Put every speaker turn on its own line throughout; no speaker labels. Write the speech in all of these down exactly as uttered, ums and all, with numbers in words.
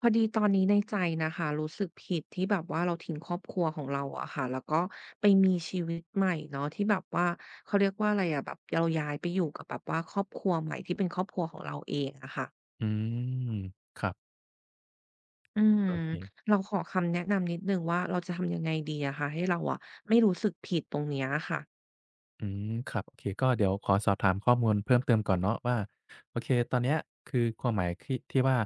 พอดีตอนนี้ในใจนะคะรู้สึกผิดที่แบบว่าเราทิ้งครอบครัวของเราอะค่ะแล้วก็ไปมีชีวิตใหม่เนาะที่แบบว่าเขาเรียกว่าอะไรอะแบบเราย้ายไปอยู่กับแบบว่าครอบครัวใหม่ที่เป็นครอบครัวของเราเองอะค่ะ
อืมครับ
อืม
โอเค
เราขอคำแนะนำนิดนึงว่าเราจะทำยังไงดีอะค่ะให้เราอะไม่รู้สึกผิดตรงเนี้ยค่ะ
อืมครับโอเคก็เดี๋ยวขอสอบถามข้อมูลเพิ่มเติมก่อนเนาะว่าโอเคตอนเนี้ยคือความหมายที่ที่ว่า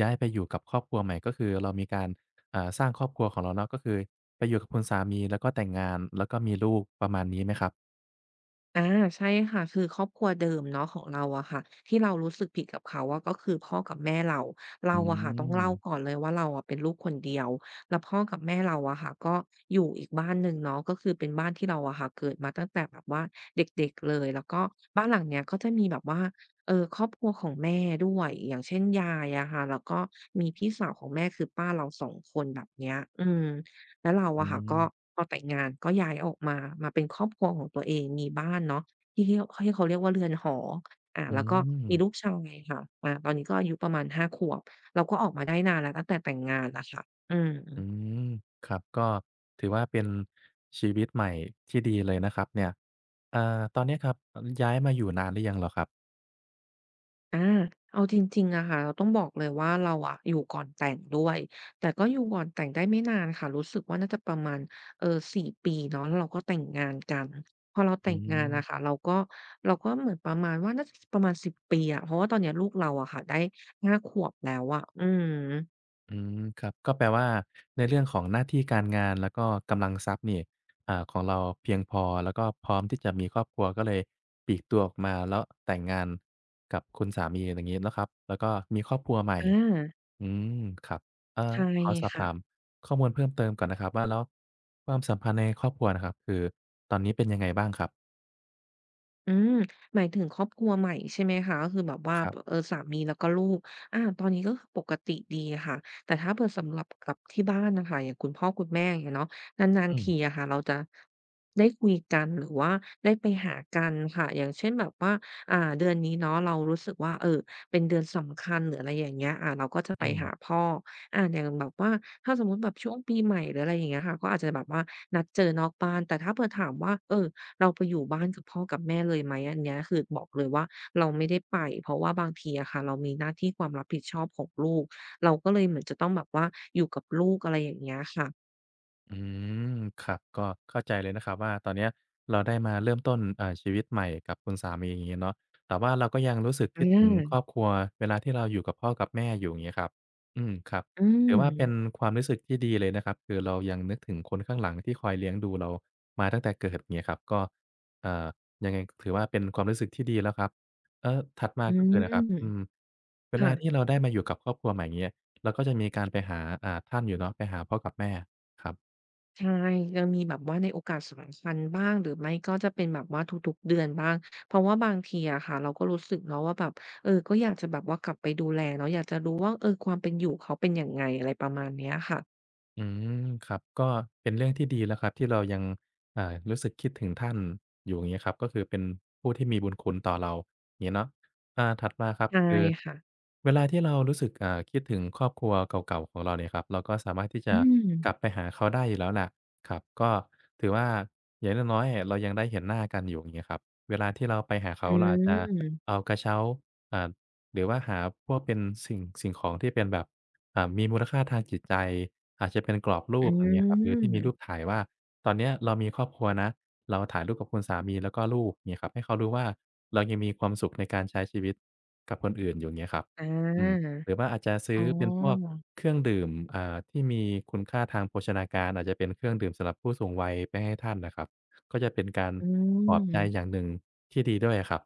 ย้ายไปอยู่กับครอบครัวใหม่ก็คือเรามีการอ่าสร้างครอบครัวของเราเนาะก็คือไปอยู่กับคุณสามีแล้วก็แต่งงานแล้วก็มีลูกประมาณนี้ไหมครับ
อาใช่ค่ะคือครอบครัวเดิมเนาะของเราอะค่ะที่เรารู้สึกผิดกับเขาอะก็คือพ่อกับแม่เราเรา
อื
อะค่ะต้อง
ม
เล่าก่อนเลยว่าเราอะเป็นลูกคนเดียวแล้วพ่อกับแม่เราอะค่ะก็อยู่อีกบ้านหนึ่งเนาะก็คือเป็นบ้านที่เราอะค่ะเกิดมาตั้งแต่แบบว่าเด็กๆเลยแล้วก็บ้านหลังเนี้ยก็จะมีแบบว่าเอ่อครอบครัวของแม่ด้วยอย่างเช่นยายอะค่ะแล้วก็มีพี่สาวของแม่คือป้าเราสองคนแบบเนี้ยอืม แล้วเรา
อื
อะค่ะ
ม
ก็พอแต่งงานก็ย้ายออกมามาเป็นครอบครัวของตัวเองมีบ้านเนาะที่เีที่เขาเรียกว่าเรือนหออา
อื
แล้วก็มีลูก
ม
ชายค่ะอาตอนนี้ก็อายุประมาณห้าขวบเราก็ออกมาได้นานแล้วตั้งแต่แต่งงานน่ะค่ะอืม
อืมครับก็ถือว่าเป็นชีวิตใหม่ที่ดีเลยนะครับเนี่ยอ่าตอนเนี้ยครับอย้ายมาอยู่นานหรือยังเหรอครับ
อาเอาจริงๆอะค่ะเราต้องบอกเลยว่าเราอะอยู่ก่อนแต่งด้วย แต่ก็อยู่ก่อนแต่งได้ไม่นานค่ะรู้สึกว่าน่าจะประมาณเอ่อสี่ปีเนาะแล้วเราก็แต่งงานกันพอเรา
อื
แต่งงานอะค่ะ
ม
เราก็เราก็เหมือนประมาณว่าน่าจะสประมาณสิบปีอะเพราะว่าตอนเนี้ยลูกเราอะค่ะได้ห้าขวบแล้วอะอือ
อืมครับก็แปลว่าในเรื่องของหน้าที่การงานแล้วก็กำลังทรัพย์นี่อ่าของเราเพียงพอแล้วก็พร้อมที่จะมีครอบครัวก็เลยปลีกตัวออกมาแล้วแต่งงานกับคุณสามีอย่างงี้เนาะครับแล้วก็มีครอบครัวใหม่
ฮึอา
อืมครับเอ่อ
ใช่
ขอสอบ
ค่ะ
ถามข้อมูลเพิ่มเติมก่อนนะครับว่าแล้วความสัมพันธ์ในครอบครัวนะครับคือตอนนี้เป็นยังไงบ้างครับ
อืมหมายถึงครอบครัวใหม่ใช่ไหมคะก็คือแบบว่า
ครั
เอ่
บ
อสามีแล้วก็ลูกอาตอนนี้ก็คือปกติดีค่ะแต่ถ้าเผื่อสำหรับกับที่บ้านน่ะค่ะอย่างคุณพ่อคุณแม่อย่างเงี้ยเนาะนาน
อื
ๆ
ม
ทีอะค่ะเราจะได้คุยกันหรือว่าได้ไปหากันค่ะอย่างเช่นแบบว่าอ่าเดือนนี้เนาะเรารู้สึกว่าเอ่อเป็นเดือนสำคัญหรืออะไรอย่างเงี้ยอ่าเราก็จะไป
อืม
หาพ่ออ่าอย่างแบบว่าถ้าสมมุติแบบช่วงปีใหม่หรืออะไรอย่างเงี้ยค่ะก็อาจจะแบบว่านัดเจอนอกบ้านแต่ถ้าเผื่อถามว่าเอ่อ เราไปอยู่บ้านกับพ่อกับแม่เลยไหมอันเนี้ยคือบอกเลยว่าเราไม่ได้ไปเพราะว่าบางทีอะค่ะเรามีหน้าที่ความรับผิดชอบของลูกเราก็เลยเหมือนจะต้องแบบว่าอยู่กับลูกอะไรอย่างเงี้ยค่ะ
อืมครับก็เข้าใจเลยนะครับว่าตอนเนี้ยเราได้มาเริ่มต้นอ่าชีวิตใหม่กับคุณสามีอย่างงี้เนาะแต่ว่าเราก็ยังรู้สึก
อ
คิดถึงครอ
า
บครัวเวลาที่เราอยู่กับพ่อกับแม่อยู่อย่างงี้ครับอืมครับ
อื
ถือ
ม
ว่าเป็นความรู้สึกที่ดีเลยนะครับคือเรายังนึกถึงคนข้างหลังที่คอยเลี้ยงดูเรามาตั้งแต่เกิดอย่างเงี้ยครับก็เอ่อยังไงถือว่าเป็นความรู้สึกที่ดีแล้วครับเอ่อถัดมา
อื
ก็คือนะครับ
ม
อืมเวลาที่เรา
ค่ะ
ได้มาอยู่กับครอบครัวใหม่อย่างเงี้ยเราก็จะมีการไปหาอ่าท่านอยู่เนาะไปหาพ่อกับแม่ครับ
ใช่ยังมีแบบว่าในโอกาสสำคัญบ้างหรือไม่ก็จะเป็นแบบว่าทุกๆเดือนบ้างเพราะว่าบางทีอะค่ะเราก็รู้สึกเนาะว่าแบบเออก็อยากจะแบบว่ากลับไปดูแลเนาะอยากจะรู้ว่าเออความเป็นอยู่เขาเป็นยังไงอะไรประมาณเนี้ยค่ะ
อืมครับก็เป็นเรื่องที่ดีแล้วครับที่เรายังอ่ารู้สึกคิดถึงท่านอยู่อย่างเงี้ยครับก็คือเป็นผู้ที่มีบุญคุณต่อเราอย่างงี้เนาะอ่าถัดมาครับ
ใช่
คือ
ค่ะ
เวลาที่เรารู้สึกอ่าคิดถึงครอบครัวเก่าๆของเราเนี่ยครับเราก็สามารถที่
อื
จะกลับ
ม
ไปหาเขาได้อยู่แล้วแหละครับก็ถือว่าอย่างน้อยๆอะเรายังได้เห็นหน้ากันอยู่อย่างเงี้ยครับเวลาที่เราไปหา
อื
เขาเราอาจจะ
ม
เอากระเช้าอ่าหรือว่าหาพวกเป็นสิ่งสิ่งของที่เป็นแบบ อ่ามีมูลค่าทางจิตใจอาจจะเป็นกรอบรู
อื
ปอย่างเงี้ยครับหรือที่มีรู
ม
ปถ่ายว่าตอนเนี้ยเรามีครอบครัวนะเราถ่ายรูปกับคุณสามีแล้วก็ลูกเงี้ยครับให้เขารู้ว่าเรายังมีความสุขในการใช้ชีวิตกับคนอื่นอยู่เงี้ยครับ
อ
อืม
า
หรือว่าอาจจะซื้
อ๋
อ
อ
เป็นพวกเครื่องดื่มอ่าที่มีคุณค่าทางโภชนาการอาจจะเป็นเครื่องดื่มสำหรับผู้สูงวัยไปให้ท่านน่ะครับก็จะเป็นการ
อื
ปลอบใจอย่า
ม
งหนึ่งที่ดีด้วยอะครับ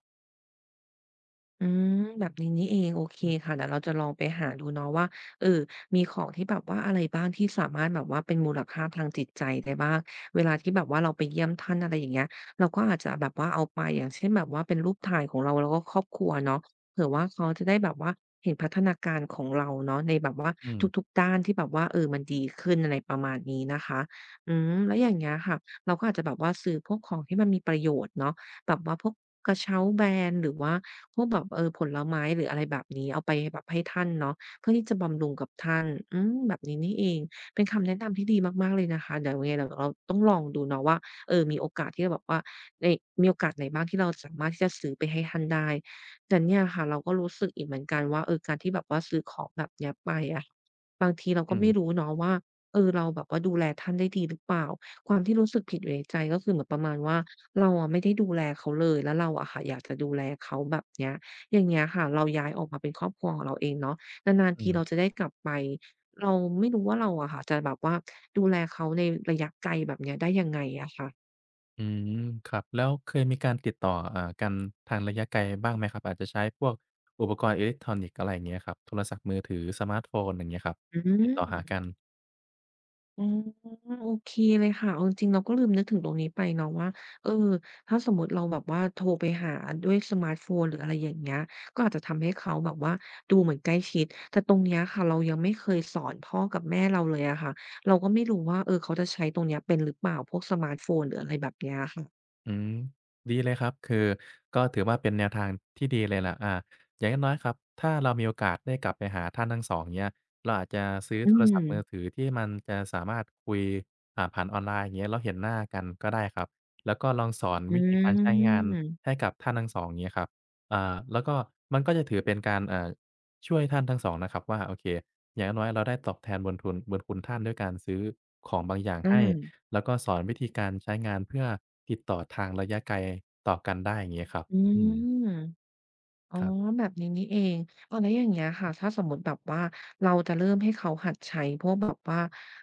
อืมแบบนี้นี่เองโอเคค่ะเดี๋ยวเราจะลองไปหาดูเนาะว่าเออมีของที่แบบว่าอะไรบ้างที่สามารถแบบว่าเป็นมูลค่าทางจิตใจได้บ้างเวลาที่แบบว่าเราไปเยี่ยมท่านอะไรอย่างเงี้ยเราก็อาจจะแบบว่าเอาไปอย่างเช่นแบบว่าเป็นรูปถ่ายของเราแล้วก็ครอบครัวเนาะเผื่อว่าเขาจะได้แบบว่าเห็นพัฒนาการของเราเนาะในแบบว่า
อืม
ทุกๆด้านที่แบบว่าเออมันดีขึ้นอะไรประมาณนี้นะคะอืมแล้วอย่างเงี้ยค่ะเราก็อาจจะแบบว่าซื้อพวกของที่มันมีประโยชน์เนาะแบบว่าพวกกระเช้าแบรนด์หรือว่า พวกแบบเออผลไม้หรืออะไรแบบนี้เอาไปแบบให้ท่านเนาะเพื่อที่จะบำรุงกับท่านอืมแบบนี้นี่เองเป็นคำแนะนำที่ดีมากๆเลยนะคะเดี๋ยวยังไงเดี๋ยวเราต้องลองดูเนาะว่าเออมีโอกาสที่จะแบบว่าในมีโอกาสไหนบ้างที่เราสามารถที่จะซื้อไปให้ท่านได้แต่เนี่ยค่ะเราก็รู้สึกอีกเหมือนกันว่าเออการที่แบบว่าซื้อของแบบเนี้ยไปอะบางทีเราก็
อือ
ไม่รู้เนาะว่าเออเราแบบว่าดูแลท่านได้ดีหรือเปล่าความที่รู้สึกผิดอยู่ในใจก็คือเหมือนประมาณว่า เราอะไม่ได้ดูแลเขาเลยแล้วเราอะค่ะอยากจะดูแลเขาแบบเนี้ยอย่างเงี้ยค่ะเราย้ายออกมาเป็นครอบครัวของเราเองเนาะนานๆ
อื
ที
อ
เราจะได้กลับไปเราไม่รู้ว่าเราอะค่ะจะแบบว่าดูแลเขาในระยะไกลแบบเนี้ยได้ยังไงอะค่ะ
อืมครับแล้วเคยมีการติดต่ออ่ากันทางระยะไกลบ้างไหมครับอาจจะใช้พวกอุปกรณ์อิเล็กทรอนิกส์อะไรอย่างเงี้ยครับโทรศัพท์มือถือสมาร์ตโฟนอย่างเงี้ยครับ
อื
ติดต่อหา
ม
กัน
อืมโอเคเลยค่ะเอาจริงๆเราก็ลืมนึกถึงตรงนี้ไปเนาะว่าเออถ้าสมมุติเราแบบว่าโทรไปหาด้วยสมาร์ทโฟนหรืออะไรอย่างเงี้ยก็อาจจะทำให้เขาแบบว่าดูเหมือนใกล้ชิดแต่ตรงเนี้ยค่ะเรายังไม่เคยสอนพ่อกับแม่เราเลยอะค่ะเราก็ไม่รู้ว่าเออเขาจะใช้ตรงเนี้ยเป็นหรือเปล่าพวกสมาร์ทโฟนหรืออะไรแบบเนี้ยค่ะ
อืมดีเลยครับคือก็ถือว่าเป็นแนวทางที่ดีเลยล่ะอ่าอย่างน้อยๆครับถ้าเรามีโอกาสได้กลับไปหาท่านทั้งสองเนี้ยเราอาจจะซื้อ
อื
โทรศัพ
ม
ท์มือถือที่มันจะสามารถคุยอ่าผ่านออนไลน์อย่างเงี้ยเราเห็นหน้ากันก็ได้ครับแล้วก็ลองสอน
อื
วิธีการใช้งานให้
ม
กับท่านทั้งสองเนี้ยครับอ่าแล้วก็มันก็จะถือเป็นการเอ่อช่วยท่านทั้งสองนะครับว่าโอเคอย่างน้อยเราได้ตอบแทนบุญทุนบุญคุณท่านด้วยการซื้อของบางอย่าง
อา
ให้ แล้วก็สอนวิธีการใช้งานเพื่อติดต่อทางระยะไกลต่อกันได้อย่างเงี้ยครับ
อื
อืม
ม อ๋อ
ครับ
แบบนี้นี่เองเอะไรแล้วอย่างเงี้ยค่ะถ้าสมมุติแบบว่าเราจะเริ่มให้เขาหัดใช้พวกแบบว่า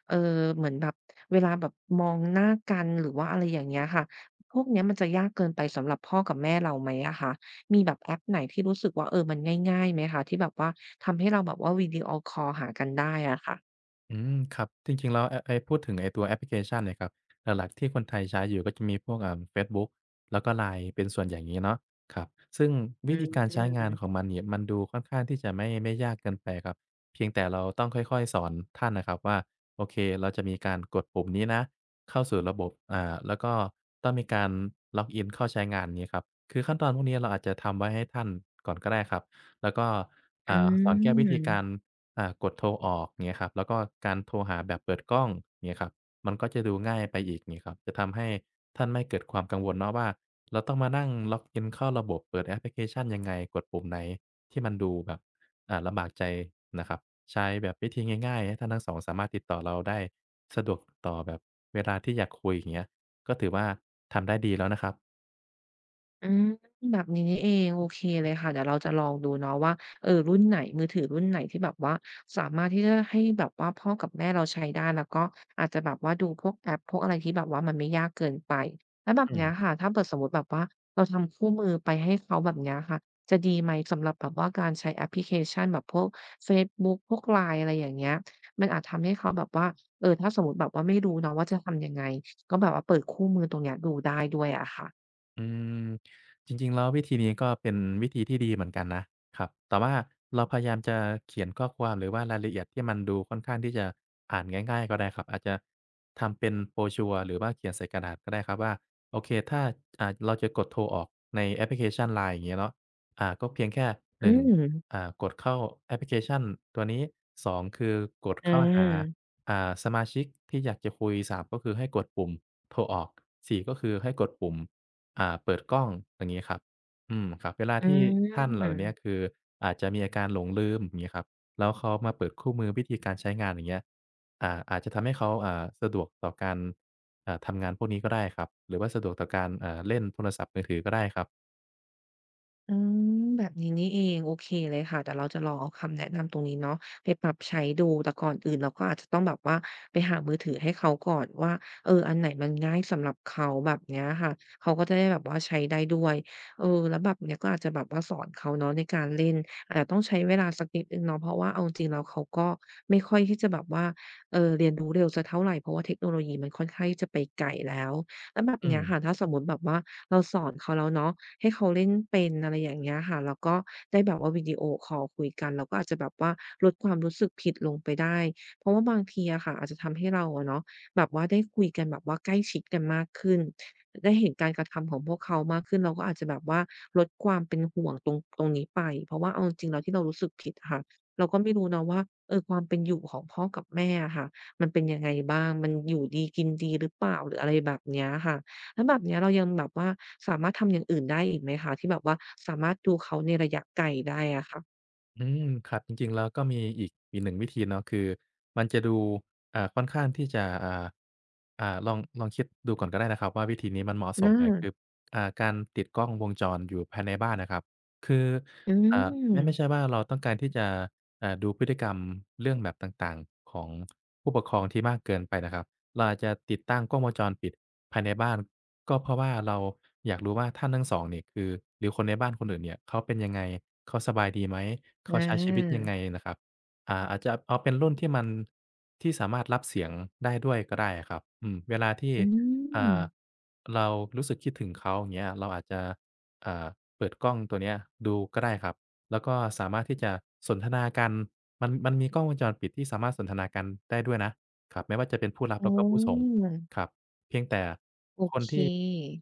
เอ่อเหมือนแบบเวลาแบบมองหน้ากันหรือว่าอะไรอย่างเงี้ยค่ะพวกเนี้ยมันจะยากเกินไปสำหรับพ่อกับแม่เราไหมอะคะมีแบบแอปไหนที่รู้สึกว่าเออมันง่ายๆไหมคะที่แบบว่าทำให้เราแบบว่าวิดีโอคอลหากันได้อะค่ะ
อืมครับจริงๆแล้วไอ้ไอ้พูดถึงไอ้ตัวแอปพลิเคชันเนี่ยครับหลักๆที่คนไทยใช้อยู่ก็จะมีพวกอ่าเฟซบุ๊กแล้วก็ ไลน์ เป็นส่วนใหญ่งี้เนาะครับซึ่ง
อื
วิธีการ
ม
ใช้งานของมันเนี่ยมันดูค่อนข้างที่จะไม่ไม่ยากเกินไปครับเพียงแต่เราต้องค่อยๆสอนท่านน่ะครับว่าโอเคเราจะมีการกดปุ่มนี้นะเข้าสู่ระบบอ่าแล้วก็ต้องมีการล็อกอินเข้าใช้งานงี้ครับคือขั้นตอนพวกนี้เราอาจจะทำไว้ให้ท่านก่อนก็ได้ครับแล้วก็
อื
อ่าสอนแค่วิธีการ
ม
อ่ากดโทรออกเงี้ยครับแล้วก็การโทรหาแบบเปิดกล้องเงี้ยครับมันก็จะดูง่ายไปอีกงี้ครับจะทำให้ท่านไม่เกิดความกังวลเนาะว่าเราต้องมานั่งล็อกอินเข้าระบบเปิดแอปพลิเคชันยังไงกดปุ่มไหนที่มันดูแบบอ่าลำบากใจนะครับใช้แบบวิธีง่ายๆให้ท่านทั้งสองสามารถติดต่อเราได้สะดวกต่อแบบเวลาที่อยากคุยอย่างเงี้ยก็ถือว่าทำได้ดีแล้วนะครับ
อืมแบบนี้นี่เองโอเคเลยค่ะเดี๋ยวเราจะลองดูเนาะว่าเออรุ่นไหนมือถือรุ่นไหนที่แบบว่าสามารถที่จะให้แบบว่าพ่อกับแม่เราใช้ได้แล้วก็อาจจะแบบว่าดูพวกแอปพวกอะไรที่แบบว่ามันไม่ยากเกินไปแล้วแบบ
อื
เนี้ย
ม
ค่ะถ้าเกิดสมมุติแบบว่าเราทำคู่มือไปให้เขาแบบเนี้ยค่ะจะดีไหมสำหรับแบบว่าการใช้แอปพลิเคชันแบบพวกเฟซบุ๊กพวก ไลน์ อะไรอย่างเงี้ยมันอาจทำให้เขาแบบว่าเออถ้าสมมุติแบบว่าไม่รู้เนาะว่าจะทำยังไงก็แบบว่าเปิดคู่มือตรงเนี้ยดูได้ด้วยอะค่ะ
อืมจริงๆแล้ววิธีนี้ก็เป็นวิธีที่ดีเหมือนกันนะครับ แต่ว่าเราพยายามจะเขียนข้อความหรือว่ารายละเอียดที่มันดูค่อนข้างที่จะอ่านง่ายๆก็ได้ครับอาจจะทำเป็น brochure หรือว่าเขียนใส่กระดาษก็ได้ครับว่าโอเคถ้าอ่าเราจะกดโทรออกในแอปพลิเคชัน ไลน์ อย่างเงี้ยเนาะอ่าก็เพียงแค่
อื
หนึ่ง
ม
อ่ากดเข้าแอปพลิเคชันตัวนี้สองคือกด
อ
เข้าหา
า
อ่าสมาชิกที่อยากจะคุยสามก็คือให้กดปุ่มโทรออกสี่ก็คือให้กดปุ่ม อ่าเปิดกล้องอย่างงี้ครับอืมครับเวลา
อื
ที่ท่านเหล่าเนี้ย
ม
คืออาจจะมีอาการหลงลืมอย่างงี้ครับแล้วเขามาเปิดคู่มือวิธีการใช้งานอย่างเงี้ยอ่าอาจจะทำให้เขาอ่าสะดวกต่อการอ่าทำงานพวกนี้ก็ได้ครับหรือว่าสะดวกต่อการอ่าเล่นโทรศัพท์มือถือก็ได้ครับ
อืม แบบนี้นี่เองโอเคเลยค่ะเดี๋ยวเราจะลองเอาคำแนะนำตรงนี้เนาะไปปรับใช้ดูแต่ก่อนอื่นเราก็อาจจะต้องแบบว่าไปหามือถือให้เขาก่อนว่าเอออันไหนมันง่ายสำหรับเขาแบบเนี้ยค่ะเขาก็จะได้แบบว่าใช้ได้ด้วยเออแล้วแบบเนี้ยก็อาจจะแบบว่าสอนเขาเนาะในการเล่นอาจจะต้องใช้เวลาสักนิดหนึ่งเนาะเพราะว่าเอาจริงๆแล้วเขาก็ไม่ค่อยที่จะแบบว่าเอ่อเรียนรู้เร็วสักเท่าไรเพราะว่าเทคโนโลยีมันค่อนข้างที่จะไปไกลแล้ว แล้วแบบ
อื
เนี้
ม
ยค่ะถ้าสมมุติแบบว่าเราสอนเขาแล้วเนาะให้เขาเล่นเป็นอะไรอย่างเงี้ยค่ะแล้วก็ได้แบบว่าวิดีโอคอลคุยกันเราก็อาจจะแบบว่าลดความรู้สึกผิดลงไปได้เพราะว่าบางทีอะค่ะอาจจะทำให้เราอะเนาะแบบว่าได้คุยกันแบบว่าใกล้ชิดกันมากขึ้นได้เห็นการกระทำของพวกเขามากขึ้นเราก็อาจจะแบบว่าลดความเป็นห่วงตรงตรงนี้ไปเพราะว่าเอาจริงๆแล้วที่เรารู้สึกผิดอะค่ะเราก็ไม่รู้นะว่าเออความเป็นอยู่ของพ่อกับแม่อะค่ะ มันเป็นยังไงบ้าง มันอยู่ดีกินดีหรือเปล่าหรืออะไรแบบเนี้ยค่ะแล้วแบบเนี้ยเรายังแบบว่าสามารถทำอย่างอื่นได้อีกไหมคะที่แบบว่าสามารถดูเขาในระยะไกลได้อะค่ะ
อืมครับจริงๆแล้วก็มีอีกอีกหนึ่งวิธีเนาะคือมันจะดูอ่าค่อนข้างที่จะอ่าอ่าลองลองคิดดูก่อนก็ได้นะครับว่าวิธีนี้มันเหมาะส
อ
มไหมคือ
า
อ่าการติดกล้องวงจรอยู่ภายในบ้านน่ะครับคือ
อื
อ่าไม่ไม่ใช่
ม
ว่าเราต้องการที่จะอ่าดูพฤติกรรมเรื่องแบบต่างๆของผู้ปกครองที่มากเกินไปนะครับ เราอาจจะติดตั้งกล้องวงจรปิดภายในบ้านก็เพราะว่าเราอยากรู้ว่าท่านทั้งสองเนี่ยคือหรือคนในบ้านคนอื่นเนี่ยเขาเป็นยังไงเขาสบายดีไหม
อ
เขาใช้ชีวิตยั
า
งไงน่ะครับอ่าอาจจะเอาเป็นรุ่นที่มันที่สามารถรับเสียงได้ด้วยก็ได้อะครับอืมเวลาที่
อืม
อ่าเรารู้สึกคิดถึงเขาอย่างเงี้ยเราอาจจะอ่าเปิดกล้องตัวเนี้ยดูก็ได้ครับแล้วก็สามารถที่จะสนทนากันมันมันมีกล้องวงจรปิดที่สามารถสนทนากันได้ด้วยนะ ครับไม่ว่าจะเป็นผู้รับ
อ๋
แล้วก็ผู้ส่ง
อ
ครับเพียงแต่
โอเค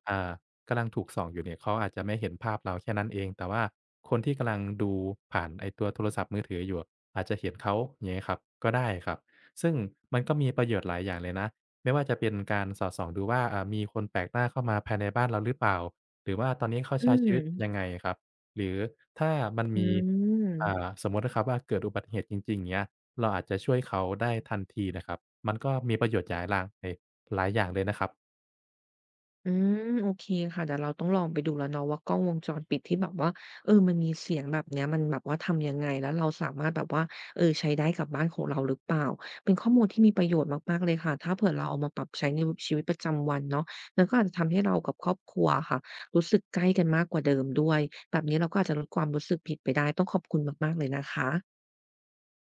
อ่ากำลังถูกส่องอยู่เนี่ยเขาอาจจะไม่เห็นภาพเราแค่นั้นเองแต่ว่าคนที่กำลังดูผ่านไอ้ตัวโทรศัพท์มือถืออยู่อาจจะเห็นเขาอย่างเงี้ยครับก็ได้ครับซึ่งมันก็มีประโยชน์หลายอย่างเลยนะไม่ว่าจะเป็นการสอดส่องดูว่าอ่ามีคนแปลกหน้าเข้ามาภายในบ้านเราหรือเปล่าหรือว่าตอนนี้เขา
อื
ใช้ชีวิตเป็นยัง
ม
ไงครับหรือถ้ามัน
อื
มีอ่า
ม
สมมตินะครับว่าเกิดอุบัติเหตุจริงๆเนี้ยเราอาจจะช่วยเขาได้ทันทีนะครับมันก็มีประโยชน์หลายรางหลายอย่างเลยนะครับ
อืมโอเคค่ะเดี๋ยวเราต้องลองไปดูแล้วเนาะว่ากล้องวงจรปิดที่แบบว่าเออมันมีเสียงแบบเนี้ยมันแบบว่าทำยังไงแล้วเราสามารถแบบว่าเออใช้ได้กับบ้านของเราหรือเปล่าเป็นข้อมูลที่มีประโยชน์มากๆเลยค่ะถ้าเผื่อเราเอามาปรับใช้ในชีวิตประจำวันเนาะมันก็อาจจะทำให้เรากับครอบครัวอะค่ะรู้สึกใกล้กันมากกว่าเดิมด้วยแบบนี้เราก็อาจจะลดความรู้สึกผิดไปได้ต้องขอบคุณมากๆเลยนะคะ